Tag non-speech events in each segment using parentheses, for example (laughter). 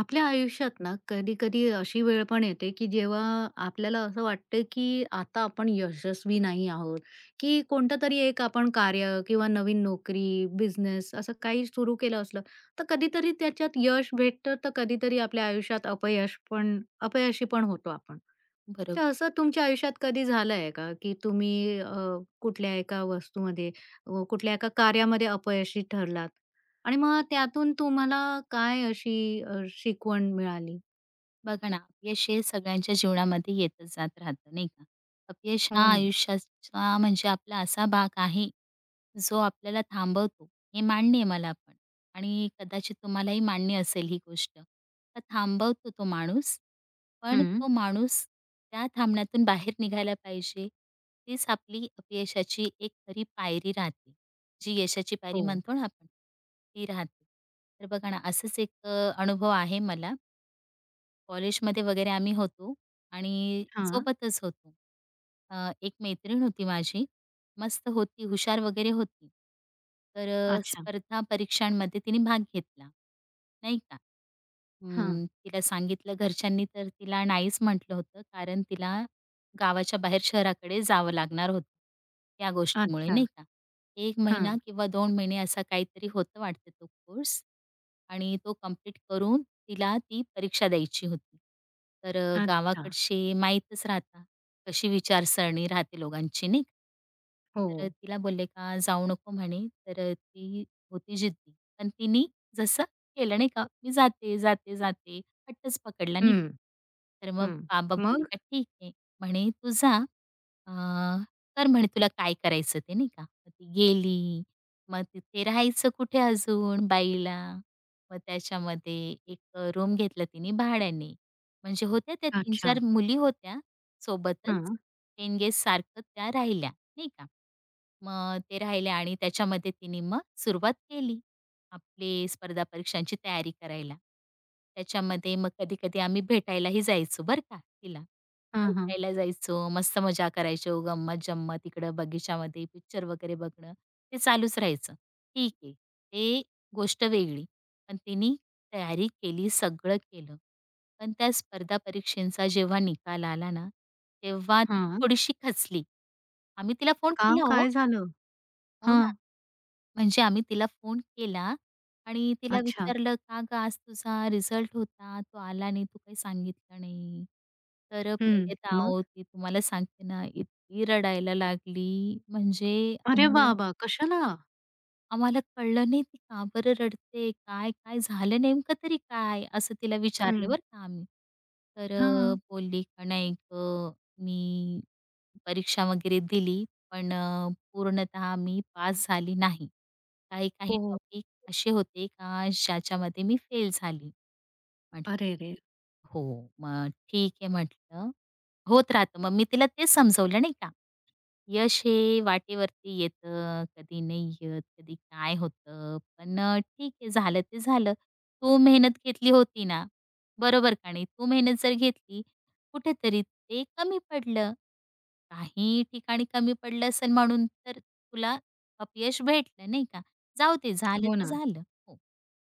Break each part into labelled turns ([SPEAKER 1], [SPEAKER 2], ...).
[SPEAKER 1] आपल्या आयुष्यात ना कधी-कधी अशी वेळ पण येते, की जेव्हा आपल्याला असं वाटतं, की आता आपण यशस्वी नाही आहोत, की कोणतं तरी एक आपण कार्य किंवा नवीन नोकरी, बिझनेस असं काही सुरू केलं असलं, तर कधीतरी त्याच्यात यश भेटतं, तर कधीतरी आपल्या आयुष्यात अपयश पण अपयशी पण होतो आपण.
[SPEAKER 2] बरोबर.
[SPEAKER 1] तर असं तुमच्या आयुष्यात कधी झालंय का, की तुम्ही कुठल्या एका वस्तूमध्ये कुठल्या एका कार्यामध्ये अपयशी ठरलात आणि मग त्यातून तुम्हाला काय अशी शिकवण मिळाली?
[SPEAKER 2] बघा ना, अपयश हे सगळ्यांच्या जीवनामध्ये येतच जात राहतं, नाही का? अपयश
[SPEAKER 1] हो
[SPEAKER 2] हा
[SPEAKER 1] ना.
[SPEAKER 2] आयुष्याचा म्हणजे आपला असा भाग आहे, जो आपल्याला थांबवतो, हे मान्य आहे मला पण आणि कदाचित तुम्हालाही मान्य असेल ही गोष्ट. तर थांबवतो तो माणूस, पण
[SPEAKER 1] हं.
[SPEAKER 2] तो माणूस त्या थांबण्यातून बाहेर निघायला पाहिजे. तीच आपली अपयशाची एक खरी पायरी राहते. जी यशाची पायरी
[SPEAKER 1] हो.
[SPEAKER 2] म्हणतो ना आपण, ती राहते. तर बघा ना, असंच एक अनुभव आहे मला. कॉलेजमध्ये वगैरे आम्ही होतो आणि
[SPEAKER 1] हां.
[SPEAKER 2] सोबतच होतो. एक मैत्रीण होती माझी. मस्त होती, हुशार वगैरे होती. तर
[SPEAKER 1] अच्छा.
[SPEAKER 2] स्पर्धा परीक्षांमध्ये तिने भाग घेतला, नाही का.
[SPEAKER 1] हां.
[SPEAKER 2] तिला सांगितलं घरच्यांनी तर तिला नाहीच म्हटलं होतं, कारण तिला गावाच्या बाहेर शहराकडे जावं लागणार होतं, त्या गोष्टीमुळे
[SPEAKER 1] अच्छा.
[SPEAKER 2] नाही का. 1
[SPEAKER 1] हां.
[SPEAKER 2] महिना किंवा 2 महिने असा काहीतरी होतं वाटतं तो कोर्स आणि तो कंप्लीट करून तिला ती परीक्षा द्यायची होती. तर
[SPEAKER 1] अच्छा.
[SPEAKER 2] गावाकडचे माहीतच राहता, कशी विचारसरणी राहते लोकांची नाही तर
[SPEAKER 1] हो.
[SPEAKER 2] तिला बोलले का जाऊ नको म्हणे. तर ती होती जिद्दी. पण तिने जसं केलं नाही का, मी जाते, जाते, जाते. हट्टच पकडला नाही
[SPEAKER 1] हं.
[SPEAKER 2] का. तर मग
[SPEAKER 1] हं.
[SPEAKER 2] बाबा बोलले
[SPEAKER 1] मग?
[SPEAKER 2] का ठीक आहे. म्हणे तू जा अ, कर म्हणे तुला काय करायचं ते नाही का. मग ती गेली. मग तिथे राहायचं कुठे अजून बाईला. मग त्याच्यामध्ये एक रूम घेतला तिने भाड्याने. म्हणजे होत्या त्या
[SPEAKER 1] अच्छा.
[SPEAKER 2] 3-4 मुली होत्या सोबतच.
[SPEAKER 1] हां.
[SPEAKER 2] पेन सारखं त्या राहिल्या. नाही का? मग ते राहिले आणि त्याच्यामध्ये तिने मग सुरुवात केली आपली स्पर्धा परीक्षांची तयारी करायला. त्याच्यामध्ये मग कधी-कधी आम्ही भेटायलाही जायचो बरं का तिला.
[SPEAKER 1] हां, हां.
[SPEAKER 2] भेटायला जायचो, मस्त मजा करायचो, गंमत-जंमत इकडं बगीच्यामध्ये पिक्चर वगैरे बघणं, ते चालूच राहायचं. ठीक आहे, ते गोष्ट वेगळी. पण तिनी तयारी केली, सगळं केलं. पण त्या स्पर्धा परीक्षेचा जेव्हा निकाल आला ना, तेव्हा ती
[SPEAKER 1] हां.
[SPEAKER 2] थोडीशी खचली. आम्ही तिला फोन
[SPEAKER 1] का?
[SPEAKER 2] केला हो.
[SPEAKER 1] काय झालं?
[SPEAKER 2] हो ना.
[SPEAKER 1] हां.
[SPEAKER 2] म्हणजे आम्ही तिला फोन केला आणि तिला
[SPEAKER 1] अच्छा.
[SPEAKER 2] विचारलं, "का गं आज तुझा रिझल्ट होता, तो आला नाही, तू काही सांगितलं नाही. तर पहिले
[SPEAKER 1] हं.
[SPEAKER 2] तर
[SPEAKER 1] मग?
[SPEAKER 2] अहो, ती तुम्हाला सांगते ना, इतकी रडायला लागली म्हणजे
[SPEAKER 1] अरे
[SPEAKER 2] आम्हाला"
[SPEAKER 1] बाबा! कशाला?
[SPEAKER 2] आम्हाला कळलं नाही ती का बरं रडते? काय, काय झालं नेमकं तरी काय? असं तिला विचारलं
[SPEAKER 1] हं.
[SPEAKER 2] बरं का आम्ही. तर
[SPEAKER 1] हां.
[SPEAKER 2] बोलली का नाही गं, मी परीक्षा वगैरे दिली, पण पूर्णतः मी पास झाली नाही. काही काही
[SPEAKER 1] हो.
[SPEAKER 2] टॉपिक असे होते का ज्याच्यामध्ये मी फेल झाली.
[SPEAKER 1] अरे रे!
[SPEAKER 2] हो. मग ठीक आहे म्हटलं. होत राहतं. मग मी तिला तेच समजवलं नाही का. यश हे वाटेवरती येतं, कधी नाही येत, कधी काय होतं. पण ठीक आहे झालं ते झालं. तू मेहनत घेतली होती ना, बरोबर का नाही? तू मेहनत जर घेतली, कुठेतरी ते कमी पडलं. काही ठिकाणी कमी पडलं असेल म्हणून तर तुला अपयश भेटलं नाही का? जाऊ दे झालं
[SPEAKER 1] हो
[SPEAKER 2] ते
[SPEAKER 1] ना.
[SPEAKER 2] झालं. हो.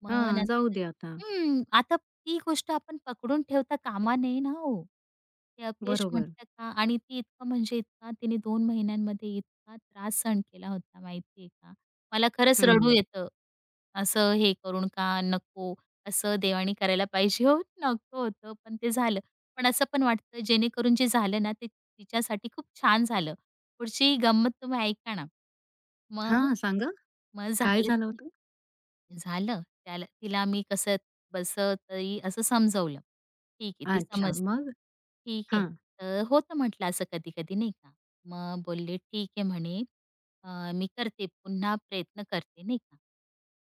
[SPEAKER 2] मग
[SPEAKER 1] हां, जाऊ
[SPEAKER 2] नंतर
[SPEAKER 1] दे आता.
[SPEAKER 2] हं, आता ती गोष्ट आपण पकडून ठेवता कामा नये ना हो. ते अपयश
[SPEAKER 1] बरोबर.
[SPEAKER 2] म्हटलं का आणि ती इतकं म्हणजे इतका तिने दोन महिन्यांमध्ये इतका त्रास सहन केला होता माहिती का? मला खरंच रडू
[SPEAKER 1] हं.
[SPEAKER 2] येतं. असं हे करून का नको, असं देवाणी करायला पाहिजे हो, नको होतं पण ते झालं. पण असं पण वाटतं जेणेकरून जे झालं ना ते तिच्यासाठी खूप छान झालं. पुढची गंमत तुम्ही ऐका ना. मग
[SPEAKER 1] हां, सांगा.
[SPEAKER 2] मग
[SPEAKER 1] काय
[SPEAKER 2] झालं
[SPEAKER 1] झालं
[SPEAKER 2] ते
[SPEAKER 1] होतं?
[SPEAKER 2] झालं. त्याला तिला मी कसं बसं तरी असं समजवलं. ठीक आहे, ती
[SPEAKER 1] अच्छा,
[SPEAKER 2] समजली.
[SPEAKER 1] मग?
[SPEAKER 2] ठीक आहे.
[SPEAKER 1] हां.
[SPEAKER 2] होतं म्हटलं असं कधी-कधी नाही का. मग बोलले ठीक आहे म्हणे मी करते पुन्हा प्रयत्न करते नाही का.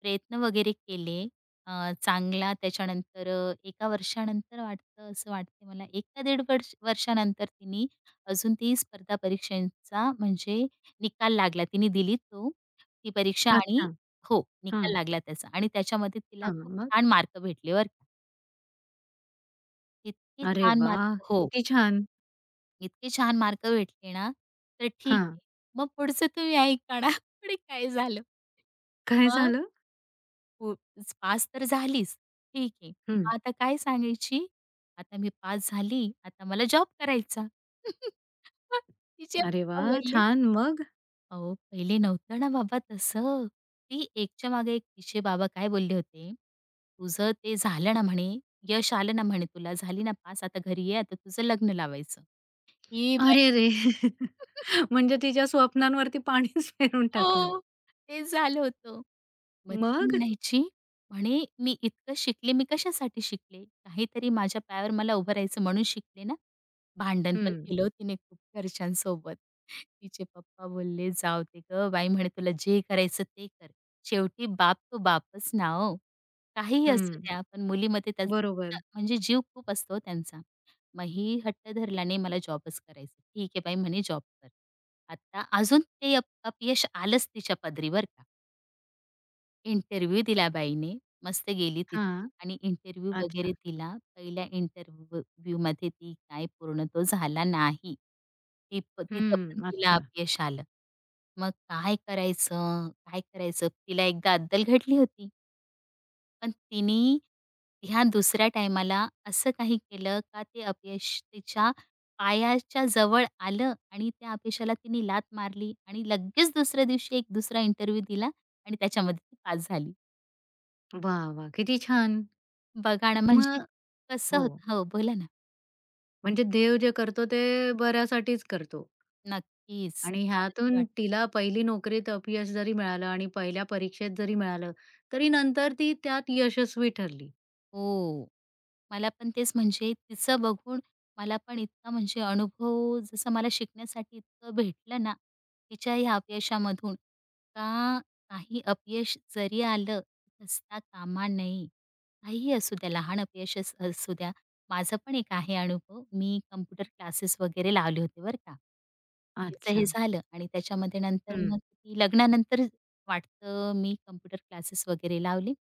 [SPEAKER 2] प्रयत्न वगैरे केले. चांगला त्याच्यानंतर एका वर्षानंतर वाटतं असं वाटते मला 1 का वर्ष वर्षानंतर तिने अजून ती स्पर्धा परीक्षांचा म्हणजे निकाल लागला. तिने दिली तो ती परीक्षा आणि
[SPEAKER 1] अच्छा.
[SPEAKER 2] हो,
[SPEAKER 1] हां,
[SPEAKER 2] निकाल लागला त्याचा आणि त्याच्यामध्ये तिला
[SPEAKER 1] हां.
[SPEAKER 2] खूप
[SPEAKER 1] मग?
[SPEAKER 2] छान मार्क भेटले बरं का. इतके
[SPEAKER 1] अरे
[SPEAKER 2] छान
[SPEAKER 1] वा.
[SPEAKER 2] मार्क हो.
[SPEAKER 1] किती छान.
[SPEAKER 2] इतके छान मार्क भेटले ना, तर ठीक
[SPEAKER 1] हां.
[SPEAKER 2] आहे. मग पुढचं तुम्ही ऐक काढा. (laughs) पुढे काय झालं?
[SPEAKER 1] काय
[SPEAKER 2] मग
[SPEAKER 1] झालं?
[SPEAKER 2] पु पास तर झालीच. ठीक आहे.
[SPEAKER 1] हं.
[SPEAKER 2] मग आता काय सांगायची? आता मी पास झाली, आता मला जॉब करायचा. (laughs) तिचे
[SPEAKER 1] अरे
[SPEAKER 2] पप्पा
[SPEAKER 1] वाह!
[SPEAKER 2] बोलले,
[SPEAKER 1] छान. मग?
[SPEAKER 2] "अहो, पहिले नव्हतं ना बाबा तसं." ती एकच्या मागे एक तिचे बाबा काय बोलले होते, "तुझं ते झालं ना म्हणे, यश आलं ना म्हणे तुला, झाली ना पास, आता घरी ये, आता तुझं लग्न लावायचं." ही बाई
[SPEAKER 1] अरे रे! (laughs) म्हणजे तिच्या स्वप्नांवरती पाणीच फेरून (laughs) टाकलं.
[SPEAKER 2] हो, ते झालं होतं. मग ती
[SPEAKER 1] मग?
[SPEAKER 2] म्हणायची, म्हणे, "मी इतकं शिकले, मी कशासाठी शिकले? काहीतरी माझ्या पायावर मला उभं राहायचं म्हणून शिकले ना." भांडण पण
[SPEAKER 1] हं,
[SPEAKER 2] केलं हो तिने खूप घरच्यांसोबत. तिचे पप्पा बोलले, "जाऊ दे गं बाई," म्हणे, "तुला जे करायचं ते कर. शेवटी बाप तो बापच ना हो. काहीही असू
[SPEAKER 1] हं.
[SPEAKER 2] द्या, पण मुलीमध्ये त्याचा
[SPEAKER 1] बरोबर.
[SPEAKER 2] म्हणजे जीव खूप असतो हो त्यांचा." मग ही हट्ट धरला नाही मला जॉबच करायचा. ठीक आहे बाई म्हणे जॉब कर. आता अजून ते अपयश आलंच तिच्या पदरी का. इंटरव्ह्यू दिला बाईने. मस्त गेली तिथं
[SPEAKER 1] हां.
[SPEAKER 2] आणि इंटरव्ह्यू वगैरे
[SPEAKER 1] अच्छा.
[SPEAKER 2] दिला. पहिल्या इंटरव्ह्यूमध्ये ती काय पूर्ण तो झाला नाही. ती तिथं
[SPEAKER 1] हं.
[SPEAKER 2] पण तिला
[SPEAKER 1] अच्छा.
[SPEAKER 2] अपयश आलं. मग काय करायचं? काय करायचं? तिला एकदा अद्दल घडली होती. पण तिने ह्या दुसऱ्या टाईमाला असं काही केलं का ते अपयश तिच्या पायाच्या जवळ आलं आणि त्या अपयशाला तिने लाथ मारली आणि लगेच दुसऱ्या दिवशी एक दुसरा इंटरव्ह्यू दिला आणि त्याच्यामध्ये ती पास झाली.
[SPEAKER 1] वाह, वाह! किती छान.
[SPEAKER 2] बघा ना, म्हणजे
[SPEAKER 1] मग
[SPEAKER 2] कसं
[SPEAKER 1] हो.
[SPEAKER 2] होतं हो, बोला ना.
[SPEAKER 1] म्हणजे देव जे करतो ते बऱ्यासाठीच करतो
[SPEAKER 2] नक्कीच.
[SPEAKER 1] आणि
[SPEAKER 2] मला तरी
[SPEAKER 1] ह्यातून
[SPEAKER 2] वाटतं
[SPEAKER 1] तिला पहिली नोकरीत अपयश जरी मिळालं आणि पहिल्या परीक्षेत जरी मिळालं, तरी नंतर ती त्यात यशस्वी ठरली.
[SPEAKER 2] हो. मला पण तेच म्हणजे तिचं बघून मला पण इतका म्हणजे अनुभव जसं मला शिकण्यासाठी इतकं भेटलं ना, तिच्या ह्या अपयशामधून, का काही अपयश जरी आलं, हसता कामा नये. काहीही असू द्या, लहान अपयशच असू द्या. माझा पण एक आहे अनुभव. मी कॉम्प्युटर क्लासेस वगैरे लावले होते बरं का. तिचं हे
[SPEAKER 1] अच्छा.
[SPEAKER 2] झालं आणि त्याच्यामध्ये नंतर मग
[SPEAKER 1] हं.
[SPEAKER 2] ती लग्नानंतर वाटतं मी कॉम्प्युटर क्लासेस वगैरे लावले.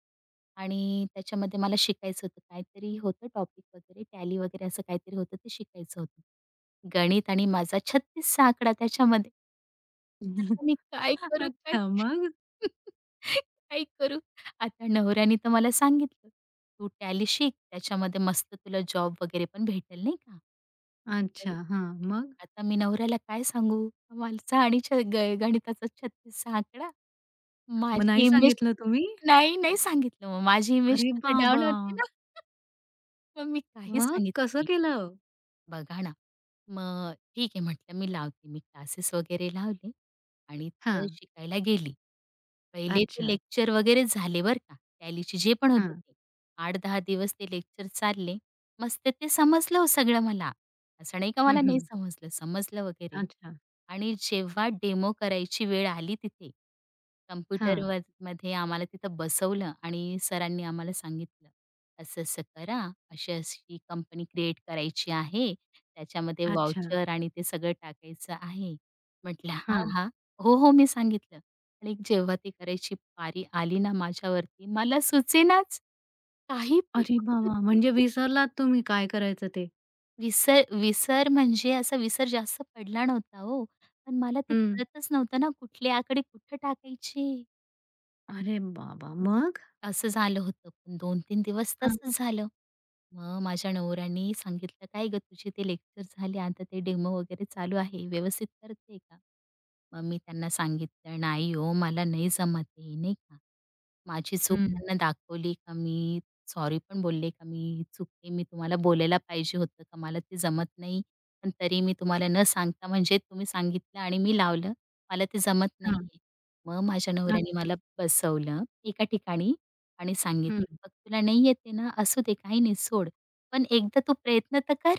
[SPEAKER 2] आणि त्याच्यामध्ये मला शिकायचं होतं. काहीतरी होतं टॉपिक वगैरे टॅली वगैरे असं काहीतरी होतं ते शिकायचं होतं. गणित आणि माझा 36 चा आकडा त्याच्यामध्ये. आता
[SPEAKER 1] (laughs)
[SPEAKER 2] मी काय करू काय?
[SPEAKER 1] अच्छा मग?
[SPEAKER 2] (laughs) काय करू? आता नवऱ्याने तर मला सांगितलं, "तू टॅली शिक त्याच्यामध्ये मस्त तुला जॉब वगैरे पण भेटेल नाही का?"
[SPEAKER 1] अच्छा.
[SPEAKER 2] तर
[SPEAKER 1] हां. मग?
[SPEAKER 2] आता मी नवऱ्याला काय सांगू? माझा आणि छ ग गणिताचा 36 आकडा.
[SPEAKER 1] मग नाही
[SPEAKER 2] माझी इमेज
[SPEAKER 1] सांगितलं तुम्ही?
[SPEAKER 2] नाही, सांगितलं मग. माझी इमेज
[SPEAKER 1] अरे
[SPEAKER 2] तिथं डाउन
[SPEAKER 1] बाबा!
[SPEAKER 2] होते ना. (laughs) मग मी काहीच
[SPEAKER 1] मग
[SPEAKER 2] सांगितलं
[SPEAKER 1] कसं
[SPEAKER 2] नाही.
[SPEAKER 1] केलं?
[SPEAKER 2] बघा ना, मग ठीक आहे म्हटलं मी लावते. मी क्लासेस वगैरे लावले आणि तिथं
[SPEAKER 1] हां.
[SPEAKER 2] शिकायला गेली. पहिले ते
[SPEAKER 1] अच्छा.
[SPEAKER 2] लेक्चर वगैरे झाले बरं का. टॅलीचे जे पण होते
[SPEAKER 1] हां.
[SPEAKER 2] ते. 8-10 दिवस ते लेक्चर चालले. मस्त ते समजलं हो सगळं मला. असं नाही का
[SPEAKER 1] हं,
[SPEAKER 2] मला नाही
[SPEAKER 1] हं.
[SPEAKER 2] समजलं, समजलं वगैरे.
[SPEAKER 1] अच्छा.
[SPEAKER 2] आणि जेव्हा डेमो करायची वेळ आली तिथे,
[SPEAKER 1] हां.
[SPEAKER 2] कम्प्युटरवर मध्ये आम्हाला तिथं बसवलं आणि सरांनी आम्हाला सांगितलं, "असं-असं करा, अशी-अशी कंपनी क्रिएट करायची आहे, त्याच्यामध्ये
[SPEAKER 1] अच्छा.
[SPEAKER 2] वाउचर आणि ते सगळं टाकायचं आहे." म्हटलं, "हां,
[SPEAKER 1] हां.
[SPEAKER 2] हां." हो, हो, मी सांगितलं. आणि जेव्हा ती करायची पारी आली ना माझ्यावरती, मला सुचेनाच काही पण
[SPEAKER 1] अरे बाबा! म्हणजे विसरलात तुम्ही काय करायचं ते.
[SPEAKER 2] विसर विसर म्हणजे असा विसर जास्त पडला नव्हता हो. पण मला ते
[SPEAKER 1] हं.
[SPEAKER 2] कळतच नव्हतं ना कुठली आकडे कुठे टाकायची?
[SPEAKER 1] अरे बाबा! मग?
[SPEAKER 2] असं झालं होतं. पण दोन 3 दिवस
[SPEAKER 1] हां,
[SPEAKER 2] तसंच झालं. मग माझ्या नवऱ्याने सांगितलं, "काय गं तुझे ते लेक्चर झाले, आता ते डेमो वगैरे चालू आहे, व्यवस्थित करते का?" मग मी त्यांना सांगितलं, "नाही हो, मला नाही जमत आहे," नाही का. माझी चूक
[SPEAKER 1] हं,
[SPEAKER 2] त्यांना दाखवली का मी सॉरी पण बोलले का मी चुकते, मी तुम्हाला बोलायला पाहिजे होतं का मला ते जमत नाही. पण तरी मी तुम्हाला न सांगता म्हणजे तुम्ही सांगितलं आणि मी लावलं, मला ते जमत
[SPEAKER 1] हां.
[SPEAKER 2] नाहीये. मग माझ्या नवऱ्याने
[SPEAKER 1] अच्छा.
[SPEAKER 2] मला बसवलं एका ठिकाणी आणि सांगितलं,
[SPEAKER 1] हं.
[SPEAKER 2] "बघ तुला नाही येते ना, असू दे काही नाही सोड. पण एकदा तू प्रयत्न तर कर.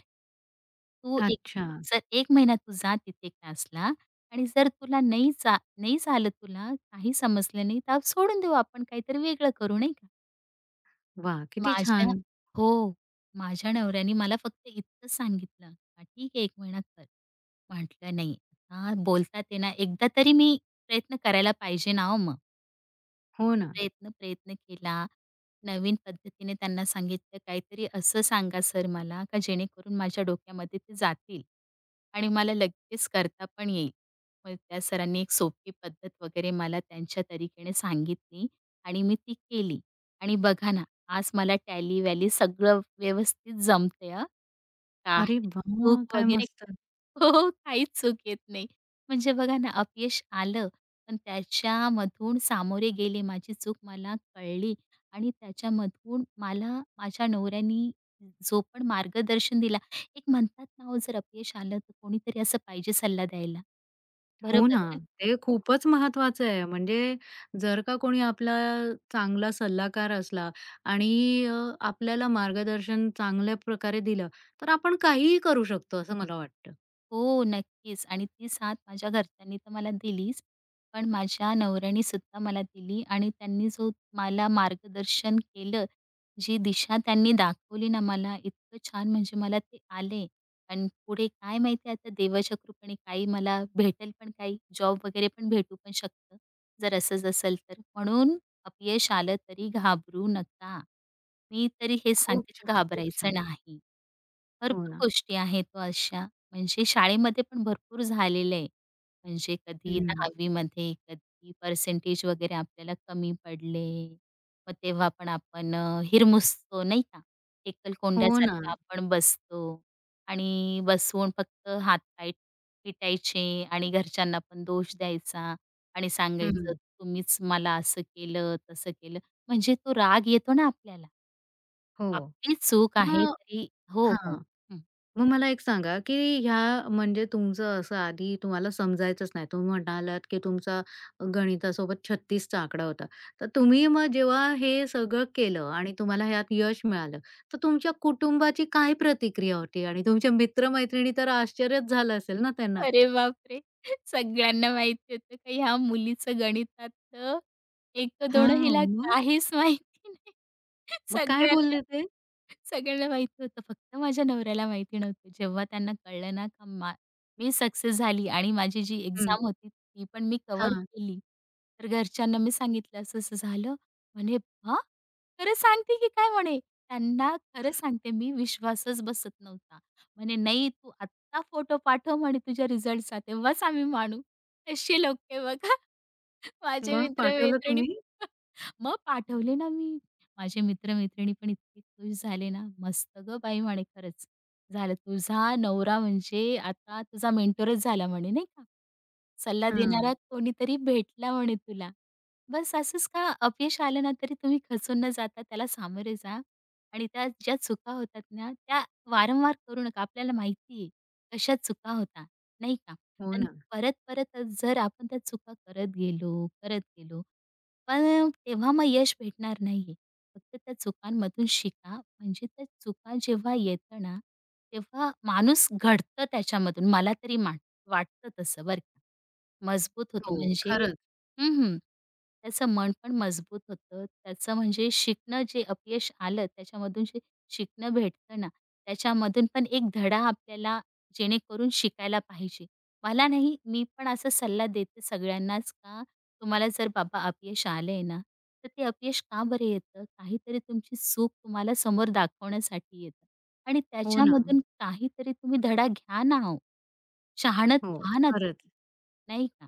[SPEAKER 2] तू एक
[SPEAKER 1] अच्छा.
[SPEAKER 2] जर 1 महिना तू जा तिथे क्लासला आणि जर तुला नाही नाही झालं तुला, काही समजलं नाही तर सोडून देऊ आपण काहीतरी वेगळं करू नाही का?"
[SPEAKER 1] वाह! किती
[SPEAKER 2] माझ्या
[SPEAKER 1] छान.
[SPEAKER 2] हो. माझ्या नवऱ्याने मला फक्त इतकं सांगितलं, "हां, ठीक आहे 1 महिना कर." म्हटलं नाही. हां, बोलतात आहे ना, एकदा तरी मी प्रयत्न करायला पाहिजे ना हो मग.
[SPEAKER 1] हो ना.
[SPEAKER 2] प्रयत्न प्रयत्न केला. नवीन पद्धतीने त्यांना सांगितलं, "काहीतरी असं सांगा सर मला, का जेणेकरून माझ्या डोक्यामध्ये ते जातील आणि मला लगेच करता पण येईल." मग त्या सरांनी एक सोपी पद्धत वगैरे मला त्यांच्या तरीकेने सांगितली आणि मी ती केली. आणि बघा ना, आज मला टॅली-वॅली सगळं व्यवस्थित जमतंय हं.
[SPEAKER 1] अरे
[SPEAKER 2] काही चूक
[SPEAKER 1] वाह! काय
[SPEAKER 2] वगैरे
[SPEAKER 1] मस्त.
[SPEAKER 2] हो, हो, काहीच चूक येत नाही. म्हणजे बघा ना, अपयश आलं, पण त्याच्यामधून सामोरे गेले. माझी चूक मला कळली आणि त्याच्यामधून मला माझ्या नवऱ्यानी जो पण मार्गदर्शन दिला, एक म्हणतात ना, हो, जर अपयश आलं, तर कोणीतरी असं पाहिजे सल्ला द्यायला.
[SPEAKER 1] हो ना.
[SPEAKER 2] बरोबर आहे ना?
[SPEAKER 1] ते खूपच महत्वाचं आहे. म्हणजे जर का कोणी आपला चांगला सल्लागार असला आणि अ, आपल्याला मार्गदर्शन चांगल्या प्रकारे दिलं, तर आपण काहीही करू शकतो असं मला वाटतं.
[SPEAKER 2] हो, नक्कीच आणि ती साथ माझ्या घरच्यांनी तर मला दिलीच, पण माझ्या नवऱ्याने सुद्धा मला दिली आणि त्यांनी जो मला मार्गदर्शन केलं, जी दिशा त्यांनी दाखवली ना मला, इतकं छान म्हणजे मला ते आले आणि पुढे काय माहिती आता देवाच्या कृपेने काही मला भेटेल पण काही जॉब वगैरे पण भेटू पण शकतं, जर असंच असेल तर. म्हणून अपयश आलं तरी घाबरू नका. मी तरी हेच
[SPEAKER 1] खूप
[SPEAKER 2] सांगते,
[SPEAKER 1] छान,
[SPEAKER 2] का
[SPEAKER 1] खूप
[SPEAKER 2] घाबरायचं
[SPEAKER 1] छान.
[SPEAKER 2] नाही.
[SPEAKER 1] हो
[SPEAKER 2] भरपूर
[SPEAKER 1] ना.
[SPEAKER 2] गोष्टी आहेत ओ अशा. म्हणजे शाळेमध्ये पण भरपूर झालेलं आहे. म्हणजे कधी
[SPEAKER 1] हं.
[SPEAKER 2] 10वी मध्ये कधी पर्सेंटेज वगैरे आपल्याला कमी पडले. मग तेव्हा पण आपण हिरमुसतो नाही का?
[SPEAKER 1] हो ना.
[SPEAKER 2] एकलकोंड्यासारखा आपण बसतो आणि बसवून फक्त हात-पाय पिटायचे आणि घरच्यांना पण दोष द्यायचा आणि सांगायचं,
[SPEAKER 1] हं.
[SPEAKER 2] "तुम्हीच मला असं केलं, तसं केलं." म्हणजे तो राग येतो ना आपल्याला.
[SPEAKER 1] हो.
[SPEAKER 2] आपली चूक आहे
[SPEAKER 1] मग
[SPEAKER 2] तरी हो, हो.
[SPEAKER 1] हां. मग मला एक सांगा, की ह्या म्हणजे तुमचं असं आधी तुम्हाला समजायचंच नाही. तुम्ही म्हणालात, की तुमचा गणितासोबत 36 चा आकडा होता. तर तुम्ही मग जेव्हा हे सगळं केलं आणि तुम्हाला ह्यात यश मिळालं, तर तुमच्या कुटुंबाची काय प्रतिक्रिया होती? आणि तुमच्या मित्र तर आश्चर्यच झालं असेल ना त्यांना?
[SPEAKER 2] अरे बापरे! सगळ्यांना माहिती होतं का ह्या मुलीचं गणितातलं 1, 2
[SPEAKER 1] हां,
[SPEAKER 2] हिला
[SPEAKER 1] मग?
[SPEAKER 2] काहीच माहिती नाही.
[SPEAKER 1] मग काय
[SPEAKER 2] सगळ्यांना
[SPEAKER 1] बोलले ते?
[SPEAKER 2] सगळ्यांना माहिती होतं. फक्त माझ्या नवऱ्याला माहिती नव्हतं. जेव्हा त्यांना कळलं ना, का मी सक्सेस झाली आणि माझी जी
[SPEAKER 1] हं.
[SPEAKER 2] एक्झाम होती ती पण मी कव्हर
[SPEAKER 1] हां.
[SPEAKER 2] केली. तर घरच्यांना मी सांगितलं, असं-असं झालं. म्हणे, "हां? खरं सांगते की काय?" म्हणे. त्यांना खरं सांगते मी विश्वासच बसत नव्हता. म्हणे, "नाही, तू आत्ता फोटो पाठव," म्हणे, "तुझ्या रिझल्टचा तेव्हाच आम्ही मानू." असे लोक आहे बघा माझे
[SPEAKER 1] मग पाठवलं
[SPEAKER 2] मित्र-मैत्रिणी.
[SPEAKER 1] तुम्ही?
[SPEAKER 2] मग पाठवले ना मी. माझे मित्र-मैत्रिणी पण इतके खुश झाले ना, "मस्त गं बाई!" म्हणे, "खरंच झालं. तुझा नवरा म्हणजे आता तुझा मेंटॉरच झाला" म्हणे, नाही का. "सल्ला
[SPEAKER 1] हां.
[SPEAKER 2] देणारा कोणीतरी भेटला" म्हणे "तुला." बस असंच का अपयश आलं ना, तरी तुम्ही खचून न जाता त्याला सामोरे जा आणि त्या ज्या चुका होतात ना, त्या वारंवार करू नका. आपल्याला माहिती आहे, कशा चुका होतात, नाही का.
[SPEAKER 1] हो
[SPEAKER 2] आणि
[SPEAKER 1] ना.
[SPEAKER 2] परत-परत जर आपण त्या चुका करत गेलो, करत गेलो, पण तेव्हा मग यश भेटणार नाहीये. फक्त त्या चुकांमधून शिका. म्हणजे त्या चुका जेव्हा येतं ना, तेव्हा माणूस घडतं त्याच्यामधून. मला तरी वाटतं तसं बरं का. मजबूत
[SPEAKER 1] हो.
[SPEAKER 2] होतं म्हणजे
[SPEAKER 1] खरंच.
[SPEAKER 2] हं, हं. त्याचं मन पण मजबूत होतं. त्याचं म्हणजे शिकणं जे अपयश आलं त्याच्यामधून जे शिकणं भेटतं ना, त्याच्यामधून पण एक धडा आपल्याला जेणेकरून शिकायला पाहिजे. मला नाही, मी पण असा सल्ला देते सगळ्यांनाच का तुम्हाला जर बाबा अपयश आलंय ना, तर ते अपयश का बरं येतं? काहीतरी तुमची चूक तुम्हाला समोर दाखवण्यासाठी येतं आणि
[SPEAKER 1] हो ना.
[SPEAKER 2] त्याच्यामधून काहीतरी तुम्ही धडा घ्या ना हो. शहाणत
[SPEAKER 1] हो.
[SPEAKER 2] व्हा ना
[SPEAKER 1] खरंच.
[SPEAKER 2] तुम्ही, नाही का?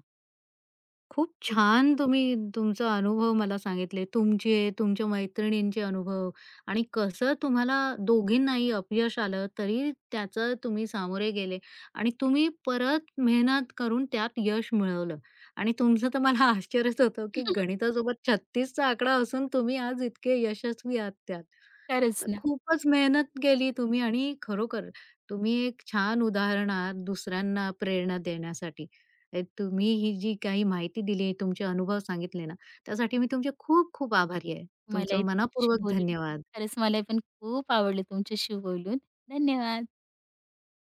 [SPEAKER 1] खूप
[SPEAKER 2] खूप
[SPEAKER 1] छान तुम्ही तुमचा अनुभव मला सांगितले. तुमचे, तुमच्या मैत्रिणींचे अनुभव आणि कसं तुम्हाला दोघींनाही अपयश आलं, तरी त्याचं तुम्ही सामोरे गेले आणि तुम्ही परत मेहनत करून त्यात यश मिळवलं आणि तुमचं तर मला (laughs) आश्चर्यच होतं, की
[SPEAKER 2] (laughs)
[SPEAKER 1] गणितासोबत 36 आकडा असून तुम्ही आज इतके यशस्वी आहात त्यात.
[SPEAKER 2] खरंच
[SPEAKER 1] तर
[SPEAKER 2] ना.
[SPEAKER 1] खूपच मेहनत केली तुम्ही आणि खरोखर तुम्ही एक छान उदाहरण आहात दुसऱ्यांना प्रेरणा देण्यासाठी. तुम्ही ही जी काही माहिती दिली, तुमचे अनुभव सांगितले ना, त्यासाठी मी तुमचे खूप खूप आभारी आहे.
[SPEAKER 2] मलाही
[SPEAKER 1] तुमचं
[SPEAKER 2] तुमच्याशी
[SPEAKER 1] मनापूर्वक
[SPEAKER 2] बोलून
[SPEAKER 1] धन्यवाद.
[SPEAKER 2] खरंच मला पण खूप आवडलं तुमच्याशी बोलून. धन्यवाद.